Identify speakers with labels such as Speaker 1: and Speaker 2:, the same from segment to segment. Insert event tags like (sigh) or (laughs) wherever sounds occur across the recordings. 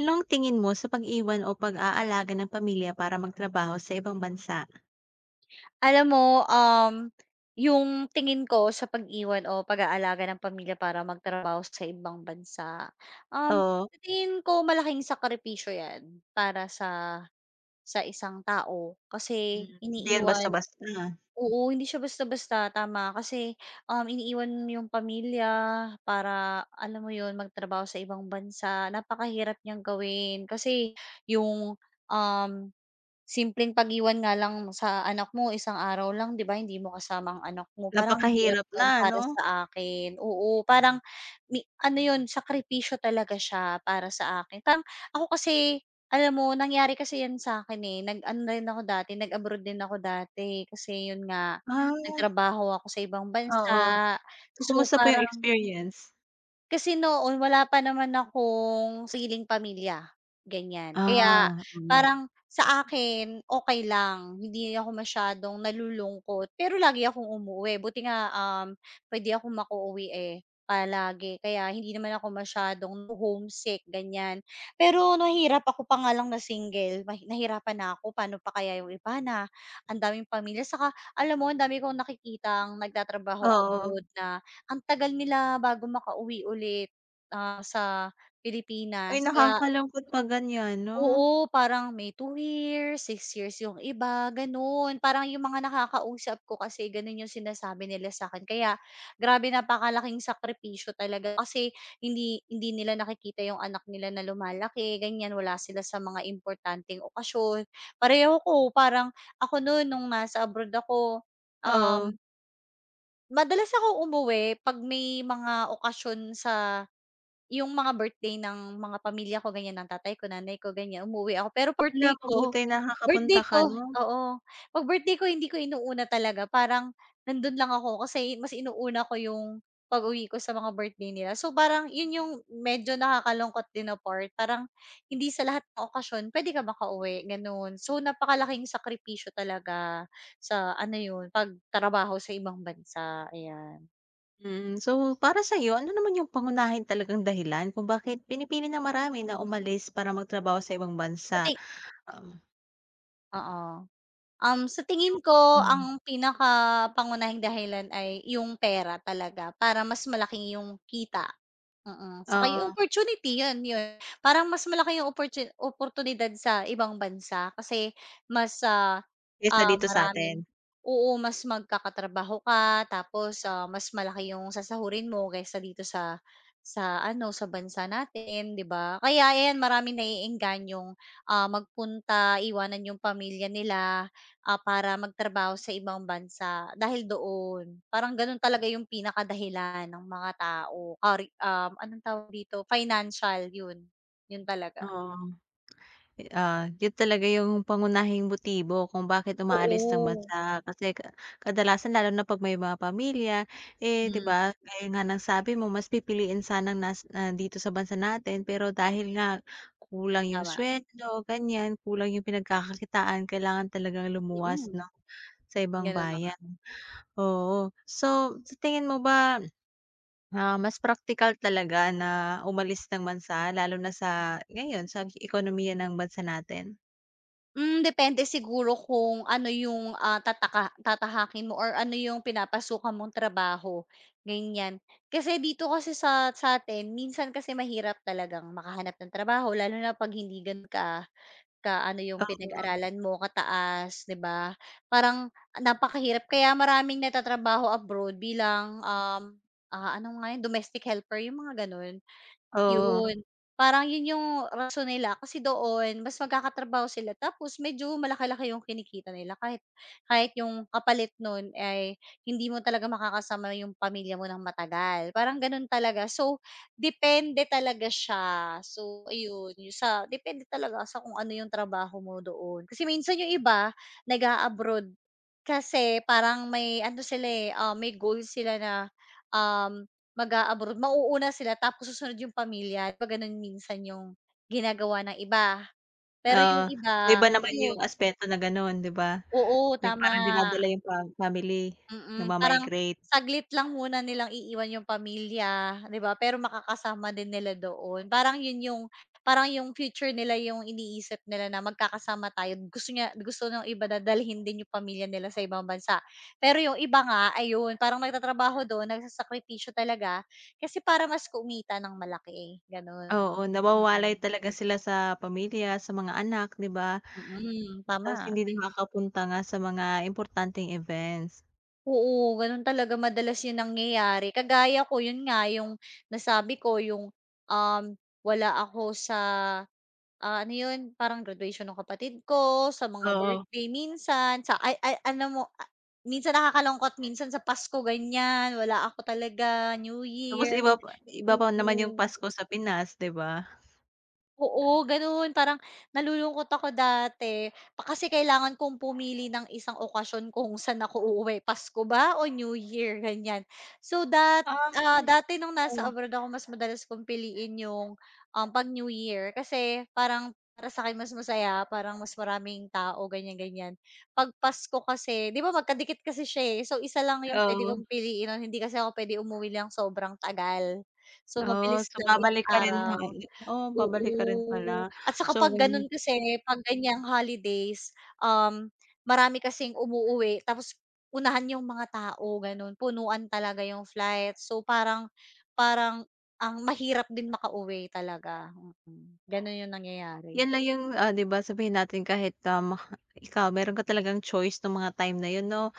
Speaker 1: Anong tingin mo sa pag-iwan o pag-aalaga ng pamilya para magtrabaho sa ibang bansa?
Speaker 2: Alam mo, um, yung tingin ko sa pag-iwan o pag-aalaga ng pamilya para magtrabaho sa ibang bansa,
Speaker 1: Oo,
Speaker 2: sa tingin ko malaking sakripisyo 'yan para sa isang tao kasi
Speaker 1: hindi yan
Speaker 2: iniiwan
Speaker 1: basta-basta. ah,
Speaker 2: oo, hindi siya basta-basta, tama. Kasi, iniiwan yung pamilya para, alam mo yun, magtrabaho sa ibang bansa. Napakahirap niyang gawin kasi yung, um simpleng pag-iwan nga lang sa anak mo isang araw lang 'di ba, hindi mo kasama ang anak mo, parang ang hirap
Speaker 1: Napakahirap
Speaker 2: nun
Speaker 1: na
Speaker 2: para
Speaker 1: 'no?
Speaker 2: sa akin, oo, parang ano yun, sakripisyo talaga siya para sa akin. Parang ako kasi alam mo, nangyari kasi yan sa akin eh, nag-ano rin ako dati, nag-abroad din ako dati kasi yun nga,
Speaker 1: Ah,
Speaker 2: nagtrabaho ako sa ibang
Speaker 1: oo.
Speaker 2: bansa.
Speaker 1: So,
Speaker 2: So,
Speaker 1: kumusta po yung
Speaker 2: parang
Speaker 1: experience?
Speaker 2: kasi noon wala pa naman akong sariling pamilya, ganyan. Kaya
Speaker 1: Ah,
Speaker 2: parang sa akin okey lang, hindi ako masyadong nalulungkot, pero lagi akong umuuwi, buti nga, puwede akong makauwi, eh, palagi, kaya hindi naman ako masyadong homesick ganyan. Pero nahihirap ako pa nga lang na single, nahirapan na ako, paano pa kaya yung iba na ang daming pamilya, saka alam mo ang dami kong nakikitang nagtatrabaho
Speaker 1: oo.
Speaker 2: abroad na ang tagal nila bago makauwi ulit, ah, sa
Speaker 1: Ay,
Speaker 2: Pilipinas. Kaya
Speaker 1: nakakalungkot pa ganyan 'no?
Speaker 2: oo, parang may 2 years, 6 years yung iba, gano'n. Parang yung mga nakakausap ko kasi gano'n yung sinasabi nila sa akin. Kaya grabe, napakalaking sakripisyo talaga kasi hindi hindi nila nakikita yung anak nila na lumalaki, ganiyan. Wala sila sa mga importanteng okasyon. Pareho ko, parang ako noon nung nasa abroad ako,
Speaker 1: Oo.
Speaker 2: um madalas ako umuwi 'pag may mga okasyon, sa yung mga birthday ng mga pamilya ko ganyan, ng tatay ko, nanay ko, ganyan, umuwi ako. Pero
Speaker 1: Hala, mabuti
Speaker 2: birthday
Speaker 1: nakakapunta ka
Speaker 2: ko,
Speaker 1: 'no?
Speaker 2: oo, 'pag birthday ko hindi ko inuuna talaga, parang nandun lang ako kasi mas inuuna ko yung pag-uwi ko sa mga birthday nila. So, parang yun yung medyo nakakalungkot din na part, parang hindi sa lahat ng okasyon pwede ka makauwi, gano'n. So, napakalaking sakripisyo talaga sa ano yun, pagtrabaho sa ibang bansa, ayan.
Speaker 1: Mm, so para sa'yo, ano naman yung pangunahin talagang dahilan kung bakit pinipili ng marami na umalis para magtrabaho sa ibang
Speaker 2: Sa
Speaker 1: bansa?
Speaker 2: ti
Speaker 1: Um,
Speaker 2: Oo. Sa tingin
Speaker 1: yung
Speaker 2: ko
Speaker 1: hmm,
Speaker 2: ang pinakapangunahing dahilan ay yung pera talaga, para mas malaki yung kita. Oo, saka yung
Speaker 1: oo.
Speaker 2: opportunity, yun, yun. Parang mas malaki yung oportunidad sa ibang bansa kasi mas,
Speaker 1: Kaysa
Speaker 2: ah,
Speaker 1: dito sa'tin.
Speaker 2: maraming oo, mas magkakatrabaho ka, tapos, ah, mas malaki yung sasahurin mo kaysa dito sa ano, sa bansa natin, 'di ba? Kaya ayan, maraming naiengganyo, yung ah, magpunta, iwanan yung pamilya nila, ah, para magtrabaho sa ibang bansa dahil doon. Parang gano'n talaga yung pinakadahilan ng mga tao, or, anong tawag dito, financial, yun. Yun talaga.
Speaker 1: Oo, yun talaga yung pangunahing motibo kung bakit umaalis ng
Speaker 2: Oo.
Speaker 1: bansa kasi kadalasan lalo na 'pag may mga pamilya, eh, 'di
Speaker 2: Hmm,
Speaker 1: ba, gaya nga ng sabi mo mas pipiliin sanang dito sa bansa natin pero dahil nga kulang yung
Speaker 2: tama.
Speaker 1: sweldo ganyan, kulang yung pinagkakakitaan kailangan talagang lumuwas
Speaker 2: Mm,
Speaker 1: 'no, sa ibang
Speaker 2: gano'n na nga.
Speaker 1: bayan. Oo, so sa tingin mo ba. Ah, mas praktikal talaga na umalis ng bansa lalo na sa ngayon sa ekonomiya ng bansa natin.
Speaker 2: Hmm, depende siguro kung ano yung, ah, tatahakin mo or ano yung pinapasukan mong trabaho, ganyan. Kasi dito kasi sa atin minsan kasi mahirap talagang makahanap ng trabaho lalo na 'pag hindi gano'n ka yung
Speaker 1: Ah.
Speaker 2: pinag-aralan mo, kataas, 'di ba? Parang napakahirap, kaya maraming nagtatrabaho abroad bilang, ah, ano nga yun, domestic helper, yung mga gano'n.
Speaker 1: Oo,
Speaker 2: Yun, parang yun yung rason nila kasi doon mas magkakatrabaho sila, tapos medyo malaki-laki yung kinikita nila, kahit kahit yung kapalit nun ay hindi mo talaga makakasama yung pamilya mo ng matagal, parang ganun talaga. So, depende talaga siya. So, ayun yung sa depende talaga sa kung ano yung trabaho mo doon. Kasi minsan yung iba nag-a-abroad kasi parang may ano sila, eh, ah, may goal sila na, um mag-a-abroad, mauuna sila tapos susunod yung pamilya, 'di ba, gano'n minsan yung ginagawa ng iba. Pero
Speaker 1: oo.
Speaker 2: yung
Speaker 1: So,
Speaker 2: iba,
Speaker 1: iba naman
Speaker 2: yun
Speaker 1: yung aspeto na gano'n, 'di ba?
Speaker 2: oo,
Speaker 1: Yung
Speaker 2: tama.
Speaker 1: parang dinadala yung pa family,
Speaker 2: Mm, parang
Speaker 1: nagma-migrate.
Speaker 2: saglit lang muna nilang iiwan yung pamilya, 'di ba, pero makakasama din nila doon. Parang yun yung parang yung future nila yung iniisip nila na magkakasama tayo. Gusto niya, gusto ng iba na dalhin din yung pamilya nila sa ibang bansa. Pero yung iba nga, ayun, parang nagtatrabaho doon, nagsasakripisyo talaga kasi para mas kumita ng malaki, gano'n.
Speaker 1: Oo, nawawalay
Speaker 2: Mm,
Speaker 1: talaga sila sa pamilya, sa mga anak, 'di ba?
Speaker 2: mm,
Speaker 1: Tapos
Speaker 2: tama.
Speaker 1: hindi nakakapunta nga sa mga importanteng events.
Speaker 2: Oo, gano'n talaga madalas 'yun nangyayari. Kagaya ko, 'yun nga yung nasabi ko yung, um, wala ako sa, ah, ano 'yun, parang graduation ng kapatid ko, sa mga
Speaker 1: Oo,
Speaker 2: birthday minsan, sa ay alam mo, ah, minsan nakakalungkot, minsan sa Pasko ganiyan, wala ako talaga, New
Speaker 1: tapos
Speaker 2: Year,
Speaker 1: iba pa naman yung
Speaker 2: oo.
Speaker 1: Pasko sa Pinas, 'di ba?
Speaker 2: Oo, gano'n. Parang nalulungkot ako dati pa kasi kailangan kong pumili ng isang okasyon kung saan ako uuwi, Pasko ba o New Year, ganyan. So dat
Speaker 1: Ah.
Speaker 2: Ah, dati nung
Speaker 1: Oo,
Speaker 2: nasa abroad ako, mas madalas kong piliin yung, 'pag New Year kasi parang para sa akin mas masaya, parang mas maraming tao, ganyan-ganyan. 'Pag Pasko kasi 'di ba magkadikit kasi siya, eh, so isa lang yung pwede
Speaker 1: oo.
Speaker 2: kong piliin nun, hindi kasi ako pwede umuwi lang sobrang tagal. So
Speaker 1: Oh,
Speaker 2: mabilis
Speaker 1: so
Speaker 2: lang, ilang
Speaker 1: babalik ka rin ha,
Speaker 2: araw.
Speaker 1: oo, babalik ka rin
Speaker 2: Oo,
Speaker 1: pala.
Speaker 2: at saka
Speaker 1: So
Speaker 2: 'pag
Speaker 1: ganyan,
Speaker 2: gano'n kasi 'pag ganyang holidays, marami kasing umuuwi, tapos unahan yung mga tao gano'n, punuan talaga yung flight. So parang parang ang mahirap din makauwi talaga, mm, gano'n yung nangyayari.
Speaker 1: 'yan lang yung, ah, 'di ba sabihin natin kahit, ikaw meron ka talagang choice nung mga time na yun 'no.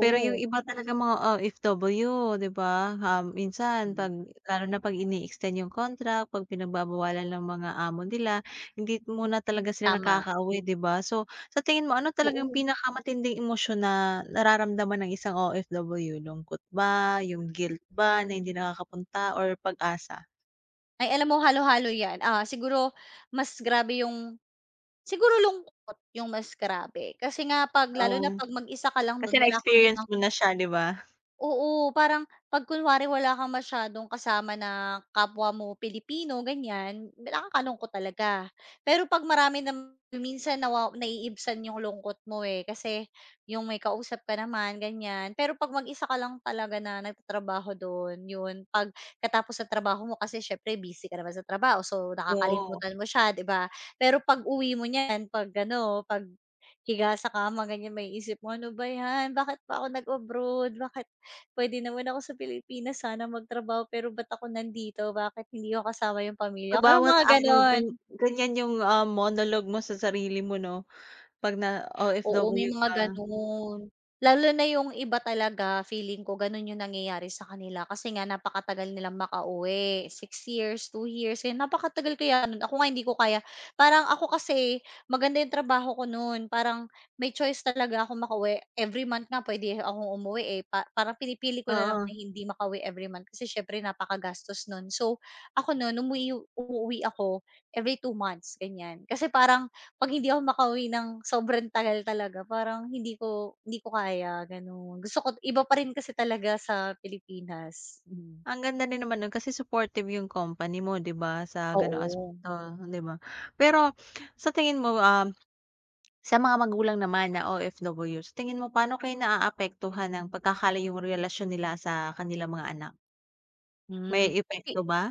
Speaker 1: Pero yung iba talagang mga OFW, 'di ba, um, minsan
Speaker 2: hmm,
Speaker 1: 'pag lalo na 'pag ini-extend yung contract, 'pag pinagbabawalan ng mga amo nila, hindi muna talaga sila
Speaker 2: tama,
Speaker 1: nakakauwi, 'di ba? So, sa tingin mo ano talagang
Speaker 2: oo.
Speaker 1: pinakamatinding emosyon na nararamdaman ng isang OFW, lungkot ba, yung guilt ba na hindi nakakapunta or pag-asa?
Speaker 2: Ay alam mo, halo-halo 'yan, ah, siguro mas grabe yung siguro lungkot yung mas grabe kasi nga 'pag lalo na
Speaker 1: Oo,
Speaker 2: 'pag mag-isa ka lang
Speaker 1: kasi
Speaker 2: do'n wala kang
Speaker 1: na-experience
Speaker 2: ibang
Speaker 1: mo na siya, 'di ba?
Speaker 2: oo, parang 'pag kunwari wala kang masyadong kasama na kapwa mo Pilipino ganiyan, nakakalungkot talaga. Pero 'pag marami nam minsan naiibsan yung lungkot mo, eh, kasi yung may kausap ka naman ganiyan. Pero 'pag mag-isa ka lang talaga na nagtatrabaho dun, yun, 'pag katapos ng trabaho mo kasi siyempre busy ka naman sa trabaho, so
Speaker 1: Oo,
Speaker 2: nakakalimutan mo siya, 'di ba? Pero pag-uwi mo niyan 'pag ano, 'pag higa sa kama ganiyan, maiisip mo, "Ano ba 'yan, bakit pa ako nag-abroad, bakit?" Puwede naman ako sa Pilipinas sana magtrabaho pero ba't ako nandito, bakit hindi ko kasama yung
Speaker 1: sa
Speaker 2: pamilya ko, yung
Speaker 1: bawat
Speaker 2: mga
Speaker 1: araw
Speaker 2: gano'n.
Speaker 1: gan ganyan yung, ah, monologue mo sa sarili mo, 'no? 'Pag na
Speaker 2: Oo, may
Speaker 1: OFW
Speaker 2: mga
Speaker 1: ka,
Speaker 2: gano'n. Lalo na yung iba talaga feeling ko gano'n yung nangyayari sa kanila kasi nga napakatagal nilang makauwi, 6 years, 2 years, kaya napakatagal kaya no'n. Ako nga hindi ko kaya. Parang ako kasi maganda yung trabaho ko nun, parang may choice talaga ako makauwi. Every month nga pwede akong umuwi, eh, pa parang pinipili ko na lang na
Speaker 1: oo.
Speaker 2: hindi makauwi every month kasi siyempre napakagastos nun. So, ako nun umuuwi ako every 2 months, ganiyan. Kasi parang 'pag hindi ako makauwi ng sobrang tagal talaga parang hindi ko kaya gano'n. Gusto ko, iba pa rin kasi talaga sa Pilipinas, mm.
Speaker 1: Ang ganda din naman nun kasi supportive yung company mo 'di ba, sa gano'ng
Speaker 2: Oo,
Speaker 1: aspeto, 'di ba. Pero sa tingin mo, um, sa mga magulang naman na OFW, sa tingin mo paano kayo naaapektuhan ng pagkakalayo yung relasyon nila sa kanilang mga anak? May
Speaker 2: hmm. Fi
Speaker 1: epekto ba?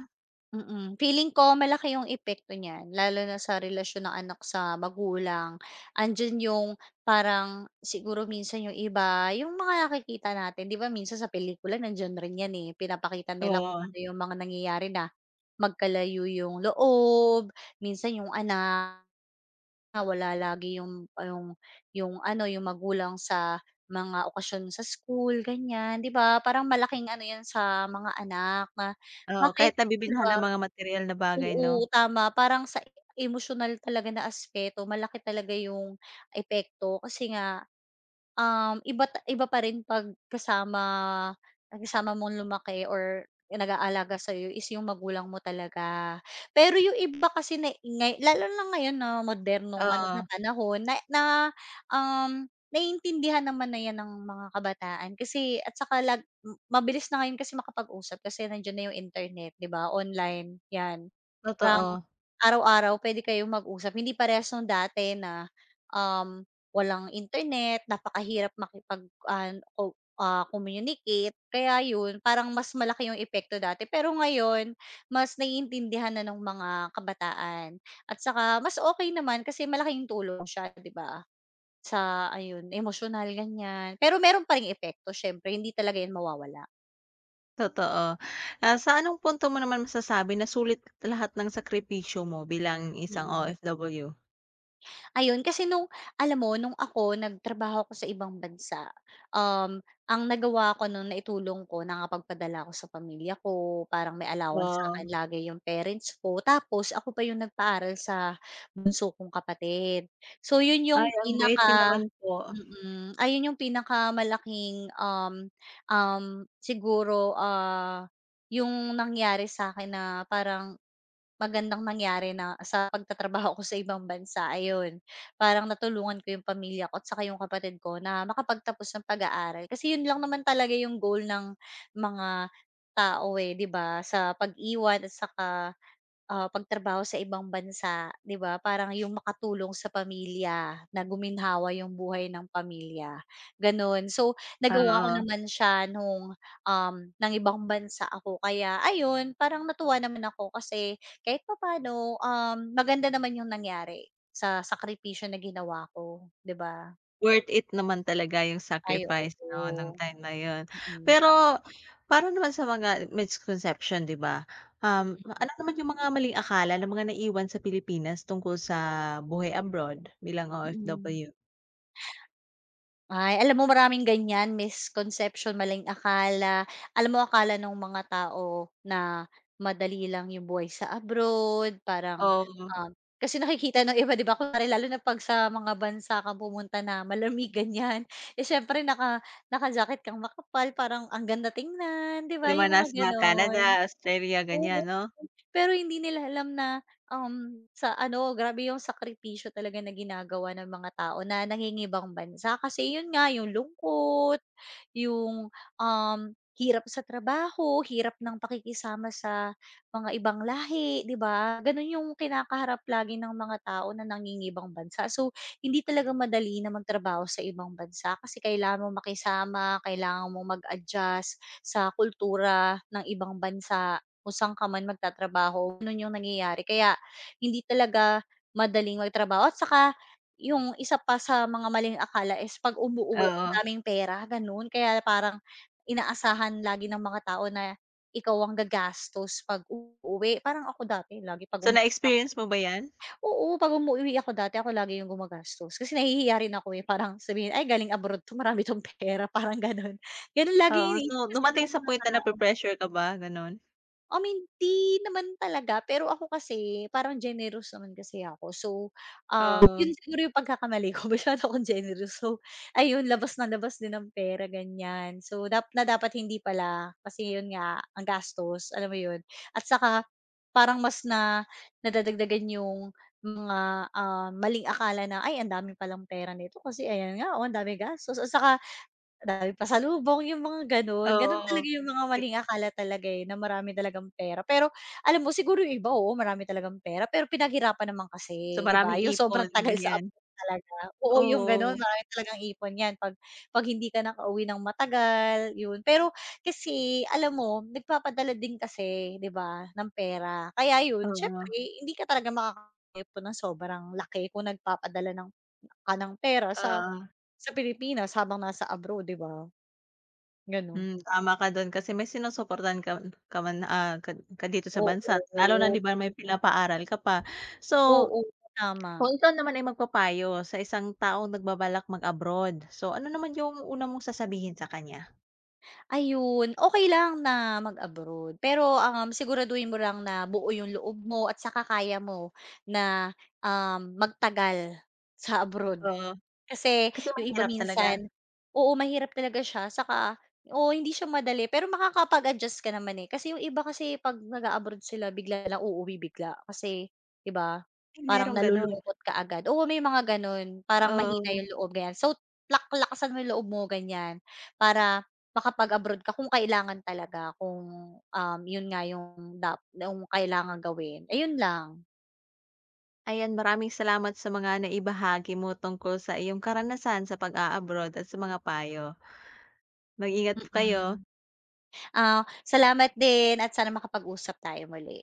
Speaker 2: mm, feeling ko malaki yung epekto niyan, lalo na sa relasyon ng anak sa magulang. Andiyan yung parang siguro minsan yung iba, yung mga nakikita natin 'di ba minsan sa pelikula nandiyan rin yan, eh, pinapakita nila kung
Speaker 1: Oo,
Speaker 2: ano yung mga nangyayari na magkalayo yung loob, minsan yung anak na wala lagi yung ah, yung ano, yung magulang sa mga okasyon sa school, ganyan, 'di ba? Parang malaking ano 'yan sa mga anak, na
Speaker 1: oo,
Speaker 2: bakit,
Speaker 1: kahit
Speaker 2: 'di
Speaker 1: nabibilhan
Speaker 2: ba,
Speaker 1: ng mga materyal na bagay 'no?
Speaker 2: oo, tama. Parang sa emosyonal talaga na aspeto malaki talaga yung epekto kasi nga iba pa rin 'pag kasama kasama mong lumaki or nag-aalaga sa'yo is yung magulang mo talaga. Pero yung iba kasi na lalo na ngayon na modernong ano
Speaker 1: Oo,
Speaker 2: na panahon na na, naiintindihan naman na 'yan ng mga kabataan, kasi at saka lag m mabilis na ngayon kasi makapag-usap kasi nandiyan na yung internet, 'di ba, online, 'yan parang
Speaker 1: totoo,
Speaker 2: araw-araw pwede kayong mag-usap, hindi parehas nung dati na, um, walang internet, napakahirap makipag an ko ah, communicate. Kaya yun, parang mas malaki yung epekto dati. Pero ngayon, mas naiintindihan na ng mga kabataan at saka mas okay naman kasi malaking tulong siya, 'di ba? Sa ayun, emotional ganiyan. Pero meron pa ring epekto siyempre, hindi talaga 'yan mawawala.
Speaker 1: totoo. Ah, sa anong punto mo naman masasabi na sulit lahat ng sakripisyo mo bilang isang
Speaker 2: Mm.
Speaker 1: OFW?
Speaker 2: Ayun, kasi nung alam mo, nung ako nagtrabaho ako sa ibang bansa, um, ang nagawa ko nung naitulong ko, nakapagpadala ko sa pamilya ko, parang may allowance sa akin
Speaker 1: Oo.
Speaker 2: lagi yung parents ko, tapos ako pa yung nagpaaral sa bunso kong kapatid. So yun yung
Speaker 1: Ay, ang bait niyo
Speaker 2: pinaka
Speaker 1: naman po.
Speaker 2: mm, ayun yung pinakamalaking, um, um, siguro, ah, yung nangyari sa akin na parang magandang nangyari na sa pagtatrabaho ko sa ibang bansa, ayun. Parang natulungan ko yung pamilya ko at saka yung kapatid ko na makapagtapos ng pag-aaral. Kasi yun lang naman talaga yung goal ng mga tao eh, 'di ba? Sa pag-iwan at saka ah, pagtrabaho sa ibang bansa, 'di ba, parang yung makatulong sa pamilya, na guminhawa yung buhay ng pamilya, gano'n. So, hmm, nagawa ko
Speaker 1: Oo,
Speaker 2: naman siya nung, um, ng ibang bansa ako, kaya ayun, parang natuwa naman ako kasi kahit papaano, maganda naman yung nangyari sa sakripisyo na ginawa ko, 'di ba?
Speaker 1: worth it naman talaga yung
Speaker 2: Ay,
Speaker 1: sacrifice 'no, nung
Speaker 2: oo.
Speaker 1: time na yun.
Speaker 2: Mm.
Speaker 1: Pero para naman sa mga misconception 'di ba, um, ano naman yung mga maling akala ng mga naiwan sa Pilipinas tungkol sa buhay abroad bilang
Speaker 2: Mm.
Speaker 1: OFW?
Speaker 2: Ay, alam mo, maraming ganyan, misconception, maling akala. Alam mo akala ng mga tao na madali lang yung buhay sa abroad, parang,
Speaker 1: Oo,
Speaker 2: kasi nakikita ng iba 'di ba, kunwari lalo na 'pag sa mga bansa ka pumunta na malamig ganyan, eh, siyempre naka-jacket kang makapal, parang ang ganda tingnan, 'di ba,
Speaker 1: di ba
Speaker 2: yung mga
Speaker 1: nasa mga Canada,
Speaker 2: gano'n.
Speaker 1: Australia ganyan 'no?
Speaker 2: Pero hindi nila alam na, sa ano, grabe yung sakripisyo talaga na ginagawa ng mga tao na nangingibang bansa. Kasi yun nga, yung lungkot, yung, um, hirap sa trabaho, hirap ng pakikisama sa mga ibang lahi, 'di ba? Ganun yung kinakaharap lagi ng mga tao na nangingibang bansa. So, hindi talaga madali na magtrabaho sa ibang bansa kasi kailangan mo makisama, kailangan mo mag-adjust sa kultura ng ibang bansa kung saan ka man magtatrabaho, ganun yung nangyayari. Kaya hindi talaga madaling magtrabaho, at saka yung isa pa sa mga maling akala is 'pag umuuwi ang
Speaker 1: Oo.
Speaker 2: daming pera, gano'n. Kaya parang inaasahan lagi ng mga tao na ikaw ang gagastos 'pag uuwi. Parang ako dati lagi 'pag
Speaker 1: So, na-experience mo ba yan?
Speaker 2: oo, 'pag umuuwi ako dati ako lagi yung gumagastos kasi nahihiya rin ako, eh, parang sabihin, "Ay galing abroad 'to, marami 'tong pera," (laughs) parang gano'n. Gano'n lagi yung
Speaker 1: Oo, so
Speaker 2: iniisip kasi ng
Speaker 1: dumating sa point na nape-pressure ka ba, ganon.
Speaker 2: I mean, 'di naman talaga, pero ako kasi parang generous naman kasi ako. So, ah,
Speaker 1: Oo,
Speaker 2: 'yun siguro 'yung pagkakamali ko, (laughs) masyado akong generous. So, ayun, labas na labas din ng pera ganiyan. So, dapat hindi pala, kasi 'yun nga ang gastos, alam mo 'yun. At saka parang mas na nadadagdagan 'yung mga, maling akala na, "Ay ang dami palang pera nito kasi ayan nga, oh, ang dami gastos." At saka daming pasalubong, yung mga gano'n. Gano'n
Speaker 1: oo.
Speaker 2: talaga yung mga maling akala talaga, eh, na marami talagang pera. Pero alam mo, siguro yung iba, oo, marami talagang pera, pero pinaghirapan naman
Speaker 1: So,
Speaker 2: kasi, 'di ba?
Speaker 1: maraming
Speaker 2: Yung
Speaker 1: ipon,
Speaker 2: sobrang tagal sa
Speaker 1: ganyan.
Speaker 2: abroad talaga. Oo, yung gano'n,
Speaker 1: Oo,
Speaker 2: marami talagang ipon 'yan 'pag 'pag hindi ka nakauwi ng matagal, yun. Pero kasi alam mo, nagpapadala din kasi, 'di ba, ng pera. Kaya yun, siyempre
Speaker 1: oo,
Speaker 2: hindi ka talaga makakaipon ng sobrang laki kung nagpapadala ka ng pera
Speaker 1: oo.
Speaker 2: sa Pilipinas habang nasa abroad, 'di ba? Gano'n.
Speaker 1: Hmm, tama ka dun kasi may sinusuportahan ka ka man, ah, ka ka dito sa bansa lalo na
Speaker 2: Oo,
Speaker 1: 'di ba may pinapaaral ka pa. So,
Speaker 2: oo, tama.
Speaker 1: kung ikaw naman ay magpapayo sa isang taong nagbabalak mag-abroad, so ano naman yung una mong sasabihin sa kanya?
Speaker 2: Ayun, okey lang na mag-abroad pero, siguraduhin mo lang na buo yung loob mo at saka kaya mo na, magtagal sa abroad.
Speaker 1: Oo,
Speaker 2: Kasi
Speaker 1: kasi
Speaker 2: yung iba
Speaker 1: mahirap talaga.
Speaker 2: minsan oo, mahirap talaga siya, saka oo, hindi siya madali pero makakapag-adjust ka naman, eh. Kasi yung iba kasi 'pag nag abroad sila bigla lang uuwi bigla kasi 'di ba,
Speaker 1: Ay,
Speaker 2: parang
Speaker 1: merong ganun,
Speaker 2: nalulungkot ka agad. Oo, may mga gano'n, parang mahina
Speaker 1: oo.
Speaker 2: yung loob, ganyan. So, lak mo yung loob mo, ganyan, para makapag-abroad ka kung kailangan talaga, kung, yun nga yung yung kailangang gawin, ayun lang.
Speaker 1: Ayan, maraming salamat sa mga naibahagi mo tungkol sa iyong karanasan sa pag-a-abroad at sa mga payo. Mag-ingat kayo.
Speaker 2: Mm. Ah, salamat din at sana makapag-usap tayo muli.